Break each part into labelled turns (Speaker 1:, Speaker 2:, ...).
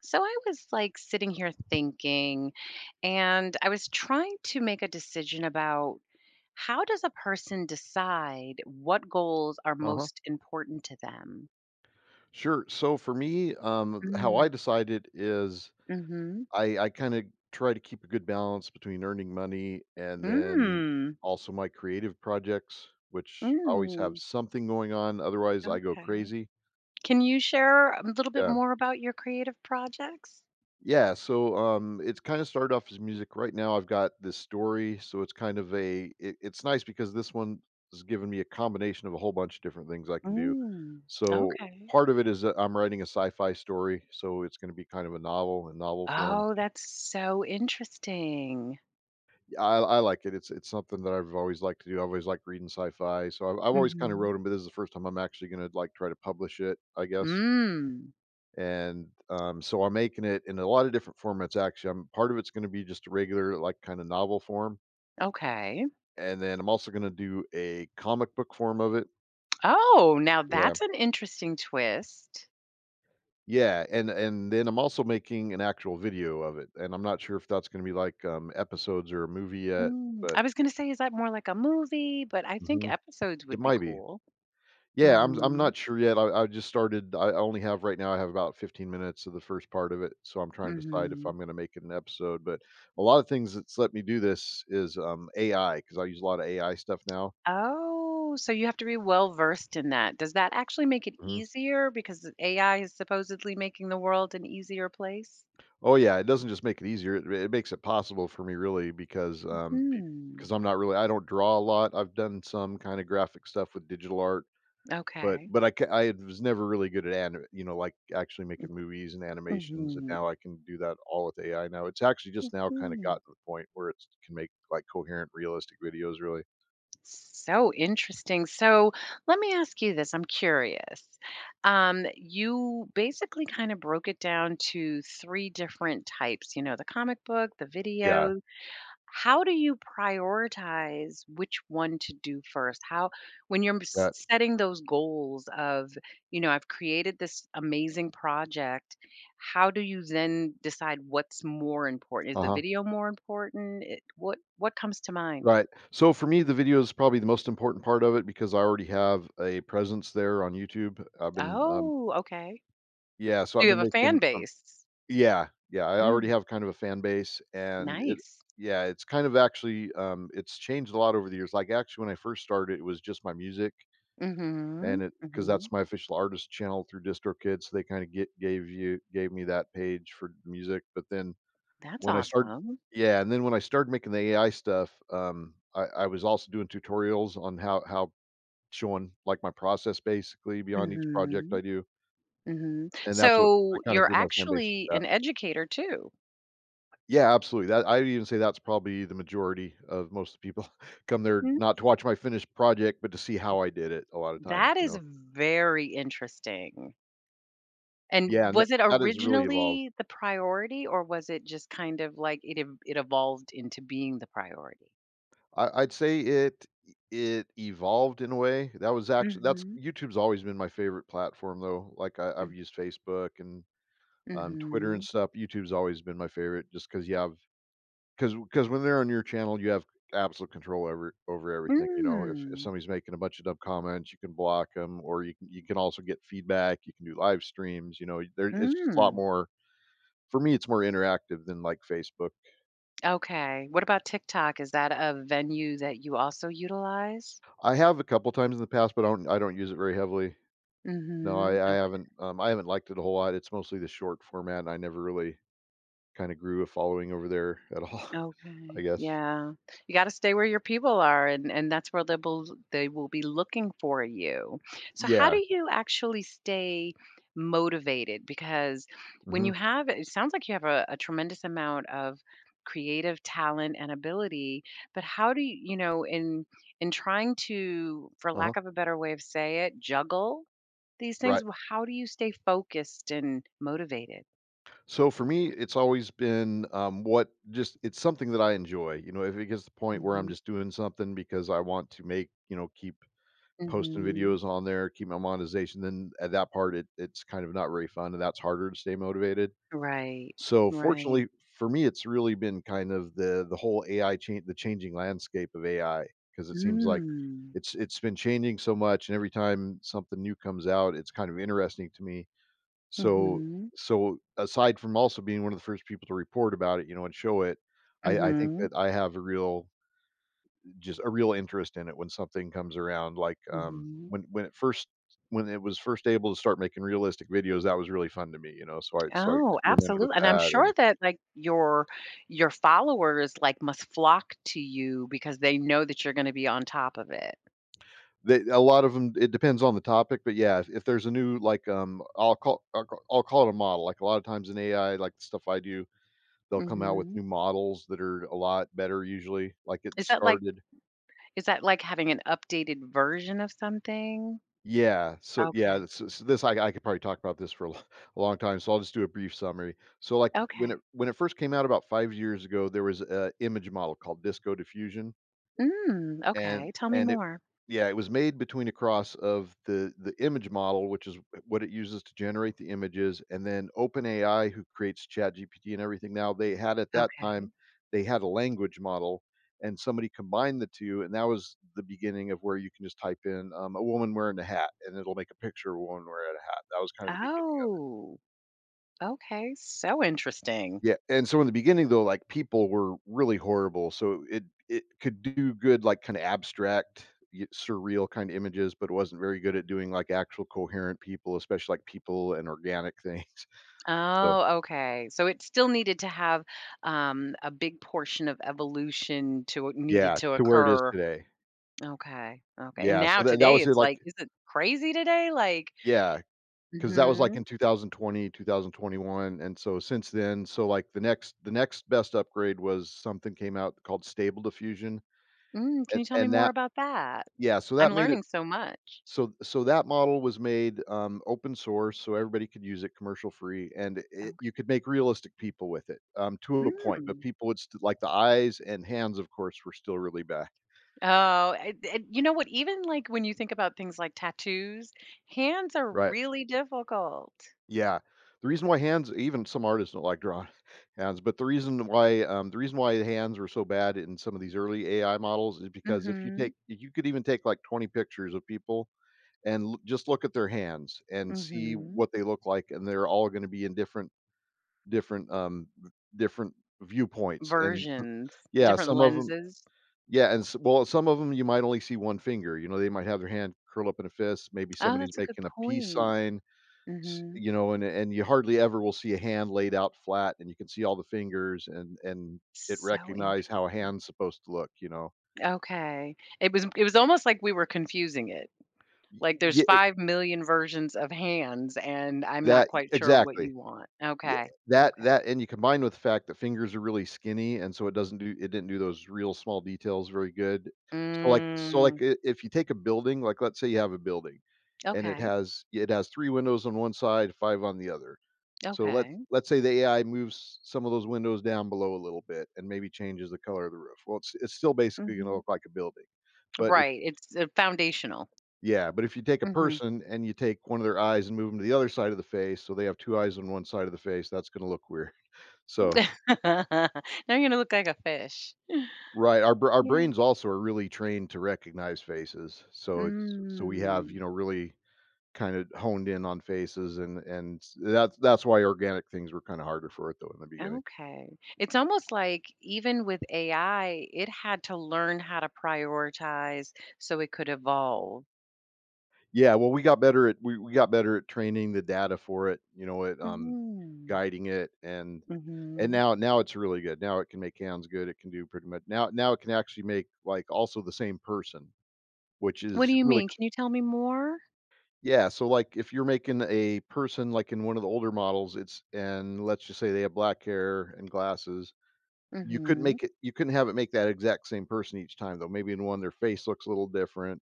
Speaker 1: So I was like sitting here thinking, and I was trying to make a decision about how does a person decide what goals are
Speaker 2: Uh-huh.
Speaker 1: most important to them?
Speaker 2: Sure. So for me, how I
Speaker 1: Mm,
Speaker 2: decide it is
Speaker 1: mhm.
Speaker 2: I kind of try to keep a good balance between earning money and then
Speaker 1: Mm,
Speaker 2: also my creative projects, which always have
Speaker 1: mm.
Speaker 2: something going on. Otherwise, I go
Speaker 1: Okay.
Speaker 2: crazy.
Speaker 1: Can you share a little bit
Speaker 2: Yeah.
Speaker 1: more about your creative projects?
Speaker 2: Yeah, so it's kinda started off as music. Right now, I've got this story, so it's kind of a it's nice because this one has given me a combination of a whole bunch of different things I can do.
Speaker 1: Mm.
Speaker 2: So,
Speaker 1: Okay.
Speaker 2: part of it is that I'm writing a sci-fi story, so it's gonna be kind of a novel in novel form.
Speaker 1: Oh, that's so interesting.
Speaker 2: Yeah, I like it. It's something that I've always liked to do. I've always liked reading sci-fi, so I've always kinda
Speaker 1: Hmm.
Speaker 2: wrote them. But this is the first time I'm actually gonna, like, try to publish it, I guess.
Speaker 1: Mm.
Speaker 2: And so I'm making it in a lot of different formats. Actually, I'm part of it's going to be just a regular, like, kind of novel form,
Speaker 1: Okay.
Speaker 2: and then I'm also going to do a comic book form of it.
Speaker 1: Oh, now
Speaker 2: Yeah,
Speaker 1: that's an interesting twist.
Speaker 2: yeah, and then I'm also making an actual video of it, and I'm not sure if that's going to be like episodes or a movie yet, but
Speaker 1: I was gonna say, is that more like a movie? But I think
Speaker 2: mhm,
Speaker 1: episodes
Speaker 2: it
Speaker 1: would be
Speaker 2: might be.
Speaker 1: cool.
Speaker 2: Yeah, I'm
Speaker 1: Mhm,
Speaker 2: not sure yet. I just started I only have right now I have about 15 minutes of the first part of it, so I'm trying to decide if
Speaker 1: mhm.
Speaker 2: I'm gonna make it an episode, but a lot of things that's let me do this is, A I, because I use a lot of AI stuff now.
Speaker 1: Oh, so you have to be well versed in that. Does that actually make it
Speaker 2: Mhm.
Speaker 1: easier because the AI is supposedly making the world an easier place?
Speaker 2: Oh, yeah, it doesn't just make it easier, it makes it possible for me really because, be
Speaker 1: Mhm,
Speaker 2: 'cause I'm not really I don't draw a lot. I've done some kinda graphic stuff with digital art. But
Speaker 1: okay.
Speaker 2: but I ca I was never really good at ani you know, like, actually making movies and animations, and
Speaker 1: Mhm,
Speaker 2: now I can do that all with AI now. It's actually just now kinda
Speaker 1: mm.
Speaker 2: gotten to the point where it can make, like, coherent, realistic videos, really.
Speaker 1: So interesting. So let me ask you this. I'm curious. You basically kind of broke it down to three different types, the comic book, the
Speaker 2: Yeah,
Speaker 1: videos. How do you prioritize which one to do first? How, when you're
Speaker 2: that
Speaker 1: setting those goals of, I've created this amazing project, how do you then decide what's more important? Is the
Speaker 2: Uh-huh.
Speaker 1: video more important? It, what comes to mind?
Speaker 2: Right. So, for me, the video is probably the most important part of it because I already have a presence there on YouTube.
Speaker 1: Oh, okay.
Speaker 2: Yeah, so
Speaker 1: Do
Speaker 2: I've
Speaker 1: you have
Speaker 2: been
Speaker 1: a fan
Speaker 2: making,
Speaker 1: base?
Speaker 2: Yeah, yeah, I already
Speaker 1: Mm,
Speaker 2: have kind of a fan base, and it
Speaker 1: nice.
Speaker 2: yeah, it's kind of actually, it's changed a lot over the years. Like, actually, when I first started, it was just my music,
Speaker 1: Mhm,
Speaker 2: and it because
Speaker 1: mhm.
Speaker 2: that's my official artist channel through DistroKid, so they kind of get gave you gave me that page for music. But then
Speaker 1: That's
Speaker 2: when I start
Speaker 1: awesome.
Speaker 2: yeah, and then when I started making the AI stuff, um, I was also doing tutorials on how, showing like my process basically beyond each project
Speaker 1: Mhm,
Speaker 2: I do,
Speaker 1: mhm.
Speaker 2: and that's what I
Speaker 1: So
Speaker 2: kind of
Speaker 1: you're
Speaker 2: grew my fan base with
Speaker 1: actually
Speaker 2: that.
Speaker 1: an educator too.
Speaker 2: Yeah, absolutely, that I'd even say that's probably the majority of most people come there
Speaker 1: Mhm.
Speaker 2: not to watch my finished project, but to see how I did it a lot of times,
Speaker 1: That
Speaker 2: you
Speaker 1: is
Speaker 2: know?
Speaker 1: very interesting.
Speaker 2: Yeah,
Speaker 1: And
Speaker 2: and that
Speaker 1: was it
Speaker 2: that has really evolved.
Speaker 1: originally the priority, or was it just kind of like it evolved into being the priority?
Speaker 2: I'd say it evolved in a way. That was actually that's
Speaker 1: Mhm,
Speaker 2: YouTube's always been my favorite platform, though. Like, I've
Speaker 1: mm.
Speaker 2: used Facebook and, Twitter and
Speaker 1: Mhm.
Speaker 2: stuff. YouTube's always been my favorite just 'cause, yeah, I've 'Cause because when they're on your channel, you have absolute control over everything. You know, if
Speaker 1: Mm.
Speaker 2: somebody's making a bunch of dumb comments, you can block them, or you can also get feedback, you can do live streams, you know, there it's just a lot
Speaker 1: Mm.
Speaker 2: more, for me, it's more interactive than, like, Facebook.
Speaker 1: Okay. What about TikTok? Is that a venue that you also utilize?
Speaker 2: I have a couple times in the past, but I don't use it very heavily. No, I
Speaker 1: Mhm.
Speaker 2: I haven't, I haven't liked it a whole lot. It's mostly the short format, and I never really kinda grew a following over there at all, I
Speaker 1: Okay.
Speaker 2: guess.
Speaker 1: Yeah. You got to stay where your people are, and that's where they will be looking for you. So how do
Speaker 2: Yeah.
Speaker 1: you actually stay motivated? Because when
Speaker 2: Mhm.
Speaker 1: you have, it sounds like you have a tremendous amount of creative talent and ability, but how do you, you know in trying to, for
Speaker 2: Uh-huh.
Speaker 1: lack of a better way of say it, juggle these things,
Speaker 2: Right.
Speaker 1: how do you stay focused and motivated?
Speaker 2: So for me, it's always been what just it's something that I enjoy. You know, if it gets to the point where I'm
Speaker 1: Hmm.
Speaker 2: just doing something because I want to make, you know, keep posting
Speaker 1: Hmm.
Speaker 2: videos on there, keep my monetization, then at that part it's kind of not very fun and that's harder to stay motivated.
Speaker 1: Right.
Speaker 2: So
Speaker 1: Right.
Speaker 2: fortunately for me, it's really been kind of the whole AI change the changing landscape of AI, because it seems like
Speaker 1: Mm.
Speaker 2: it's been changing so much, and every time something new comes out, it's kind of interesting to me, so,
Speaker 1: Mhm.
Speaker 2: so aside from also being one of the first people to report about it, you know, and show it, I think
Speaker 1: Mhm.
Speaker 2: that I have a real, just a real interest in it when something comes around, like,
Speaker 1: Mhm.
Speaker 2: when it was first able to start making realistic videos, that was really fun to me. You know, so I
Speaker 1: Oh,
Speaker 2: experimented with
Speaker 1: absolutely, and I'm
Speaker 2: that.
Speaker 1: sure
Speaker 2: And
Speaker 1: that, like, your followers, like, must flock to you because they know that you're gonna be on top of it.
Speaker 2: they, a lot of them, it depends on the topic, but yeah, if there's a new, like, I'll call it a model, like, a lot of times in AI, like, the stuff I do, they'll come out with
Speaker 1: Mhm.
Speaker 2: new models that are a lot better usually. Like, it
Speaker 1: Is that like
Speaker 2: started
Speaker 1: is that like having an updated version of something?
Speaker 2: Yeah, so yeah,
Speaker 1: Okay.
Speaker 2: this I could probably talk about this for a lo a long time, so I'll just do a brief summary. So, like, when
Speaker 1: Okay.
Speaker 2: it first came out about 5 years ago, there was a image model called Disco Diffusion,
Speaker 1: Mm,
Speaker 2: and
Speaker 1: okay, tell me
Speaker 2: and it
Speaker 1: more.
Speaker 2: yeah, it was made between a cross of the image model, which is what it uses to generate the images, and then OpenAI, who creates ChatGPT and everything now, they had at that time,
Speaker 1: Okay.
Speaker 2: they had a language model, and somebody combined the two, and that was the beginning of where you can just type in a woman wearing a hat, and it'll make a picture of a woman wearing a hat. That was kind of the beginning.
Speaker 1: Oh, okay, so interesting.
Speaker 2: Yeah, and so in the beginning, though, like, people were really horrible, so it could do good, like, kinda abstract, y surreal kind of images, but it wasn't very good at doing, like, actual coherent people, especially, like, people and organic things. So
Speaker 1: Oh, okay. So it still needed to have a big portion of evolution to needed
Speaker 2: yeah,
Speaker 1: to
Speaker 2: to where it is
Speaker 1: occur.
Speaker 2: today.
Speaker 1: Okay. Okay. And
Speaker 2: Yeah, so
Speaker 1: now
Speaker 2: that
Speaker 1: today
Speaker 2: was it,
Speaker 1: it's
Speaker 2: like,
Speaker 1: like, is it crazy today? Like,
Speaker 2: yeah, because that was, like,
Speaker 1: hmm.
Speaker 2: in 2020, 2021, and so since then, so, like, the next best upgrade was something came out called Stable Diffusion,
Speaker 1: Can you tell me
Speaker 2: and
Speaker 1: more
Speaker 2: that
Speaker 1: about that?
Speaker 2: yeah, so that
Speaker 1: I'm
Speaker 2: made it,
Speaker 1: learning so much.
Speaker 2: so so that model was made, open source, so everybody could use it commercial free, and it, you
Speaker 1: Okay.
Speaker 2: could make realistic people with it, to a point, but
Speaker 1: Mm.
Speaker 2: people would st like, the eyes and hands, of course, were still really bad.
Speaker 1: Oh, you know what? Even like when you think about things like tattoos, hands are
Speaker 2: Right.
Speaker 1: really difficult.
Speaker 2: Yeah. The reason why hands, even some artists don't like drawing hands, but the reason why, the hands were so bad in some of these early AI models is because if you
Speaker 1: Mm-hmm.
Speaker 2: take you could even take, like, 20 pictures of people and l just look at their hands and see
Speaker 1: Mm-hmm.
Speaker 2: what they look like, and they're all gonna be in different different, um, different viewpoints, and
Speaker 1: Versions,
Speaker 2: yeah,
Speaker 1: different
Speaker 2: some of them,
Speaker 1: lenses.
Speaker 2: yeah, and s well, some of them you might only see 1 finger, you know, they might have their hand curl up in a fist, maybe
Speaker 1: Oh,
Speaker 2: somebody's
Speaker 1: that's a good
Speaker 2: making a peace
Speaker 1: point.
Speaker 2: sign. S
Speaker 1: Mhm.
Speaker 2: You know, and you hardly ever will see a hand laid out flat, and you can see all the fingers and it
Speaker 1: So
Speaker 2: recognize
Speaker 1: interesting.
Speaker 2: how a hand's supposed to look, you know?
Speaker 1: Okay. It was almost like we were confusing it.
Speaker 2: Y
Speaker 1: Like there's
Speaker 2: Yeah,
Speaker 1: 5,000,000 versions of hands, and I'm not
Speaker 2: that
Speaker 1: quite sure what you
Speaker 2: exactly.
Speaker 1: want.
Speaker 2: Yeah,
Speaker 1: Okay.
Speaker 2: that
Speaker 1: Okay.
Speaker 2: that and you combine with the fact that fingers are really skinny, and so it doesn't do, it didn't do those real small details very good. So, like, so like,
Speaker 1: Mm.
Speaker 2: I if you take a building, like, let's say you have a building, and
Speaker 1: Okay.
Speaker 2: it has 3 windows on one side, 5 on the other. So let's
Speaker 1: Okay.
Speaker 2: let's say the AI moves some of those windows down below a little bit and maybe changes the color of the roof. Well, it's still basically gonna
Speaker 1: Mhm.
Speaker 2: look like a building. But if,
Speaker 1: Right. It's foundational.
Speaker 2: yeah, but if you take a
Speaker 1: Mhm.
Speaker 2: person and you take one of their eyes and move them to the other side of the face, so they have 2 eyes on one side of the face, that's gonna look weird. So
Speaker 1: Now you're gonna look like a fish.
Speaker 2: Right, our
Speaker 1: Yeah.
Speaker 2: brains also are really trained to recognize faces, so it's so we have,
Speaker 1: Mm.
Speaker 2: really kind of honed in on faces and that's why organic things were kinda harder for it though in the beginning.
Speaker 1: Okay. It's almost like even with AI, it had to learn how to prioritize so it could evolve.
Speaker 2: Yeah, well, we got better at training the data for it, at,
Speaker 1: Mm-hmm.
Speaker 2: guiding it and
Speaker 1: Mm-hmm.
Speaker 2: now it's really good. Now it can make hands good, it can do pretty much now it can actually make, like, also the same person, which
Speaker 1: What do
Speaker 2: is
Speaker 1: you
Speaker 2: really
Speaker 1: mean? Can you tell me more?
Speaker 2: Yeah, so, like, if you're making a person, like, in one of the older models, it's and let's just say they have black hair and glasses,
Speaker 1: Mm-hmm.
Speaker 2: you couldn't have it make that exact same person each time, though. Maybe in one, their face looks a little different.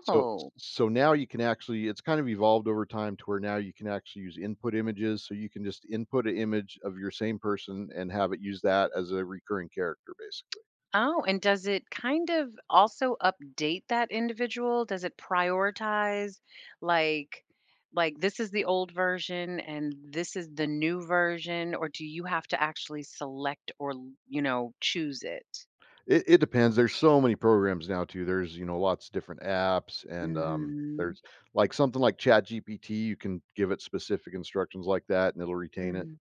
Speaker 2: So so now you can actually it's kind of evolved over time to where now you can actually use input images, so you can just input an image of your same person and have it use that as a recurring character, basically.
Speaker 1: oh, and does it kind of also update that individual? Does it prioritize like like this is the old version and this is the new version, or do you have to actually select or, choose it?
Speaker 2: It depends. There's so many programs now too. There's, lots of different apps and,
Speaker 1: Mm-hmm.
Speaker 2: there's like something like ChatGPT, you can give it specific instructions like that and it will retain it
Speaker 1: Mhm.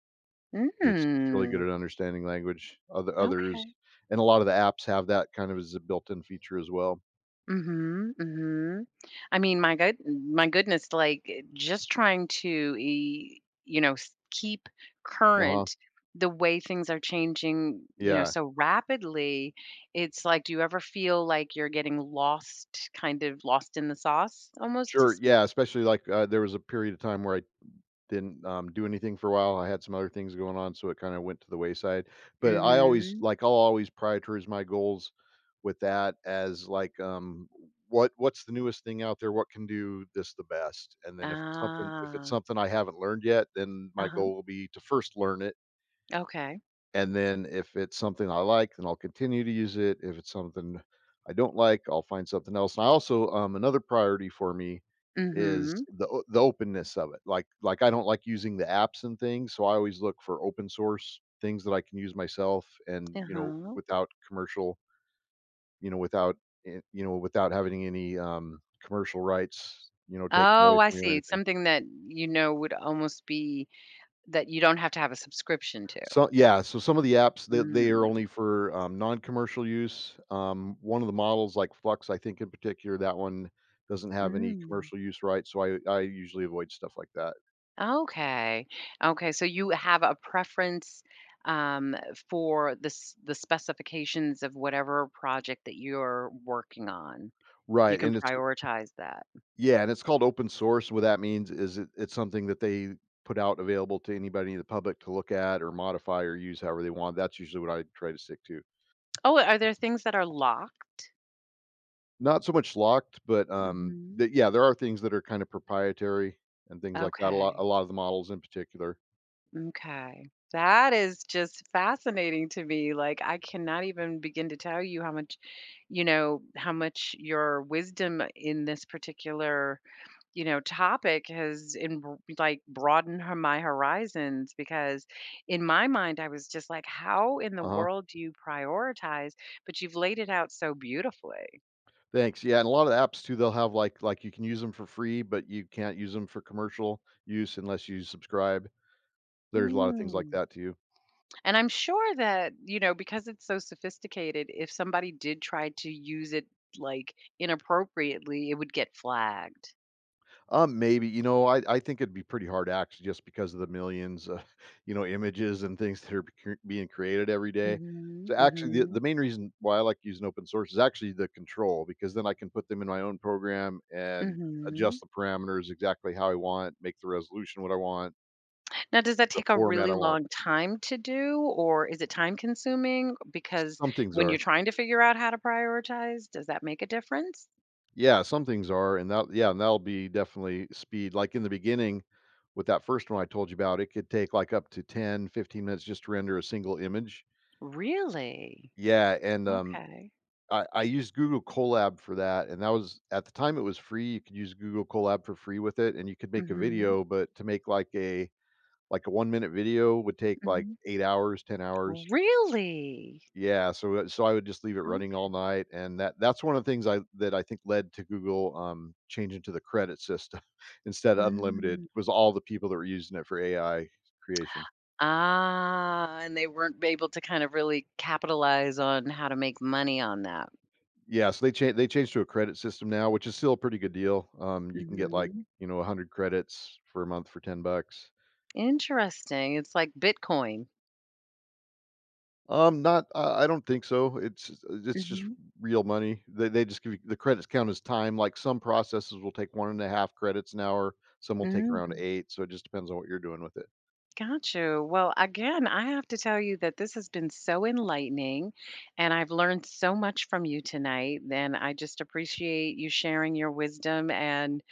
Speaker 2: because it's really good
Speaker 1: Mm.
Speaker 2: at understanding language. Other others
Speaker 1: Okay.
Speaker 2: and a lot of the apps have that kind of as a built-in feature as well.
Speaker 1: Mhm, mhm. I mean, my goodness, like, just trying to, e s keep
Speaker 2: Uh-huh.
Speaker 1: current the way things are changing,
Speaker 2: Yeah.
Speaker 1: so rapidly, it's like, do you ever feel like you're getting lost, kind of lost in the sauce almost to
Speaker 2: Sure,
Speaker 1: speak?
Speaker 2: yeah, especially like, there was a period of time where I didn't, do anything for a while. I had some other things going on, so it kinda went to the wayside, but
Speaker 1: Mhm.
Speaker 2: I'll always prioritize my goals with that as, like, what's the newest thing out there? What can do this the best? And then if it's
Speaker 1: Ah.
Speaker 2: something I haven't learned yet, then my
Speaker 1: Uh-huh.
Speaker 2: goal will be to first learn it.
Speaker 1: Okay.
Speaker 2: And then if it's something I like, then I'll continue to use it. If it's something I don't like, I'll find something else. And I also Another priority for me is
Speaker 1: Mhm.
Speaker 2: the openness of it. Like I don't like using the apps and things, so I always look for open source things that I can use myself and
Speaker 1: Uh-huh.
Speaker 2: without commercial, you know without without having any, commercial rights, taken
Speaker 1: Oh,
Speaker 2: away
Speaker 1: I
Speaker 2: from me or
Speaker 1: see.
Speaker 2: anything.
Speaker 1: Something that, would almost be. That you don't have to have a subscription to.
Speaker 2: So yeah, so some of the apps that they are
Speaker 1: Mm,
Speaker 2: only for, non-commercial use. One of the models, like Flux, I think in particular, that one doesn't have any
Speaker 1: mm.
Speaker 2: commercial use rights, so I usually avoid stuff like that.
Speaker 1: Okay. Okay, so you have a preference, um, for the specifications of whatever project that you're working on. You
Speaker 2: Right,
Speaker 1: can
Speaker 2: and it's c
Speaker 1: prioritize that.
Speaker 2: yeah, and it's called open source. What that means is it's something that they put out available to anybody in the public to look at or modify or use however they want. That's usually what I try to stick to.
Speaker 1: Oh, are there things that are locked?
Speaker 2: Not so much locked, but,
Speaker 1: Mhm.
Speaker 2: th yeah, there are things that are kind of proprietary and things like that,
Speaker 1: Okay.
Speaker 2: a lot of the models in particular.
Speaker 1: M'kay. That is just fascinating to me, like, I cannot even begin to tell you how much, how much your wisdom in this particular, topic has in like broadened my horizons because in my mind I was just like, how in the
Speaker 2: Uh-huh.
Speaker 1: world do you prioritize? But you've laid it out so beautifully.
Speaker 2: Thanks. Yeah, and a lot of apps too, they'll have like you can use them for free, but you can't use them for commercial use unless you subscribe. There's a lot of things like
Speaker 1: Mm.
Speaker 2: that too.
Speaker 1: And I'm sure that, because it's so sophisticated, if somebody did try to use it like inappropriately, it would get flagged.
Speaker 2: Maybe, I think it'd be pretty hard act just because of the millions, of, images and things that being created every day.
Speaker 1: Hmm.
Speaker 2: So actually,
Speaker 1: Mm-hmm.
Speaker 2: the main reason why I like using open source is actually the control, because then I can put them in my own program and
Speaker 1: Mm-hmm.
Speaker 2: adjust the parameters exactly how I want, make the resolution what I want,
Speaker 1: Now, does that
Speaker 2: the
Speaker 1: take a
Speaker 2: format
Speaker 1: really
Speaker 2: I want.
Speaker 1: long time to do, or is it time consuming? Because
Speaker 2: Some things
Speaker 1: when you're
Speaker 2: are.
Speaker 1: trying to figure out how to prioritize, does that make a difference?
Speaker 2: Yeah, some things are, and that yeah, and that'll be definitely speed. Like in the beginning with that first one I told you about, it could take like up to 10, 15 minutes just to render a single image.
Speaker 1: Really?
Speaker 2: Yeah, and
Speaker 1: Okay.
Speaker 2: I used Google Colab for that, and that was at the time it was free. You could use Google Colab for free with it, and you could make a
Speaker 1: Mm-hmm.
Speaker 2: video, but to make like a 1 minute video would take like
Speaker 1: Hmm.
Speaker 2: 8 hours, 10 hours.
Speaker 1: Really?
Speaker 2: Yeah, so, so I would just leave it running all
Speaker 1: Okay.
Speaker 2: night, and that's one of the things I that I think led to Google, changing to the credit system instead of unlimited,
Speaker 1: Mm.
Speaker 2: was all the people that were using it for AI creation.
Speaker 1: Ah, and they weren't able to kind of really capitalize on how to make money on that.
Speaker 2: Yeah, so they changed to a credit system now, which is still a pretty good deal. You can get, like,
Speaker 1: Hmm.
Speaker 2: 100 credits for a month for 10 bucks.
Speaker 1: Interesting. It's like Bitcoin.
Speaker 2: Not I don't think so. It's just real money. They just give you the credits count as time. Like some processes will take 1.5 credits an hour, some will take around
Speaker 1: Hmm.
Speaker 2: eight. So it just depends on what you're doing with it.
Speaker 1: Got you. Well, again, I have to tell you that this has been so enlightening, and I've learned so much from you tonight. And I just appreciate you sharing your wisdom and,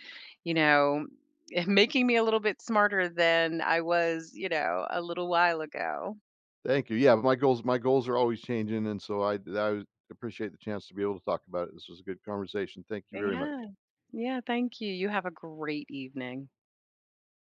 Speaker 1: you know, making me a little bit smarter than I was, a little while ago.
Speaker 2: Thank you. Yeah, but my goals are always changing, and so I appreciate the chance to be able to talk about it. This was a good conversation. Thank you very much.
Speaker 1: Yeah. Yeah. Thank you. You have a great evening.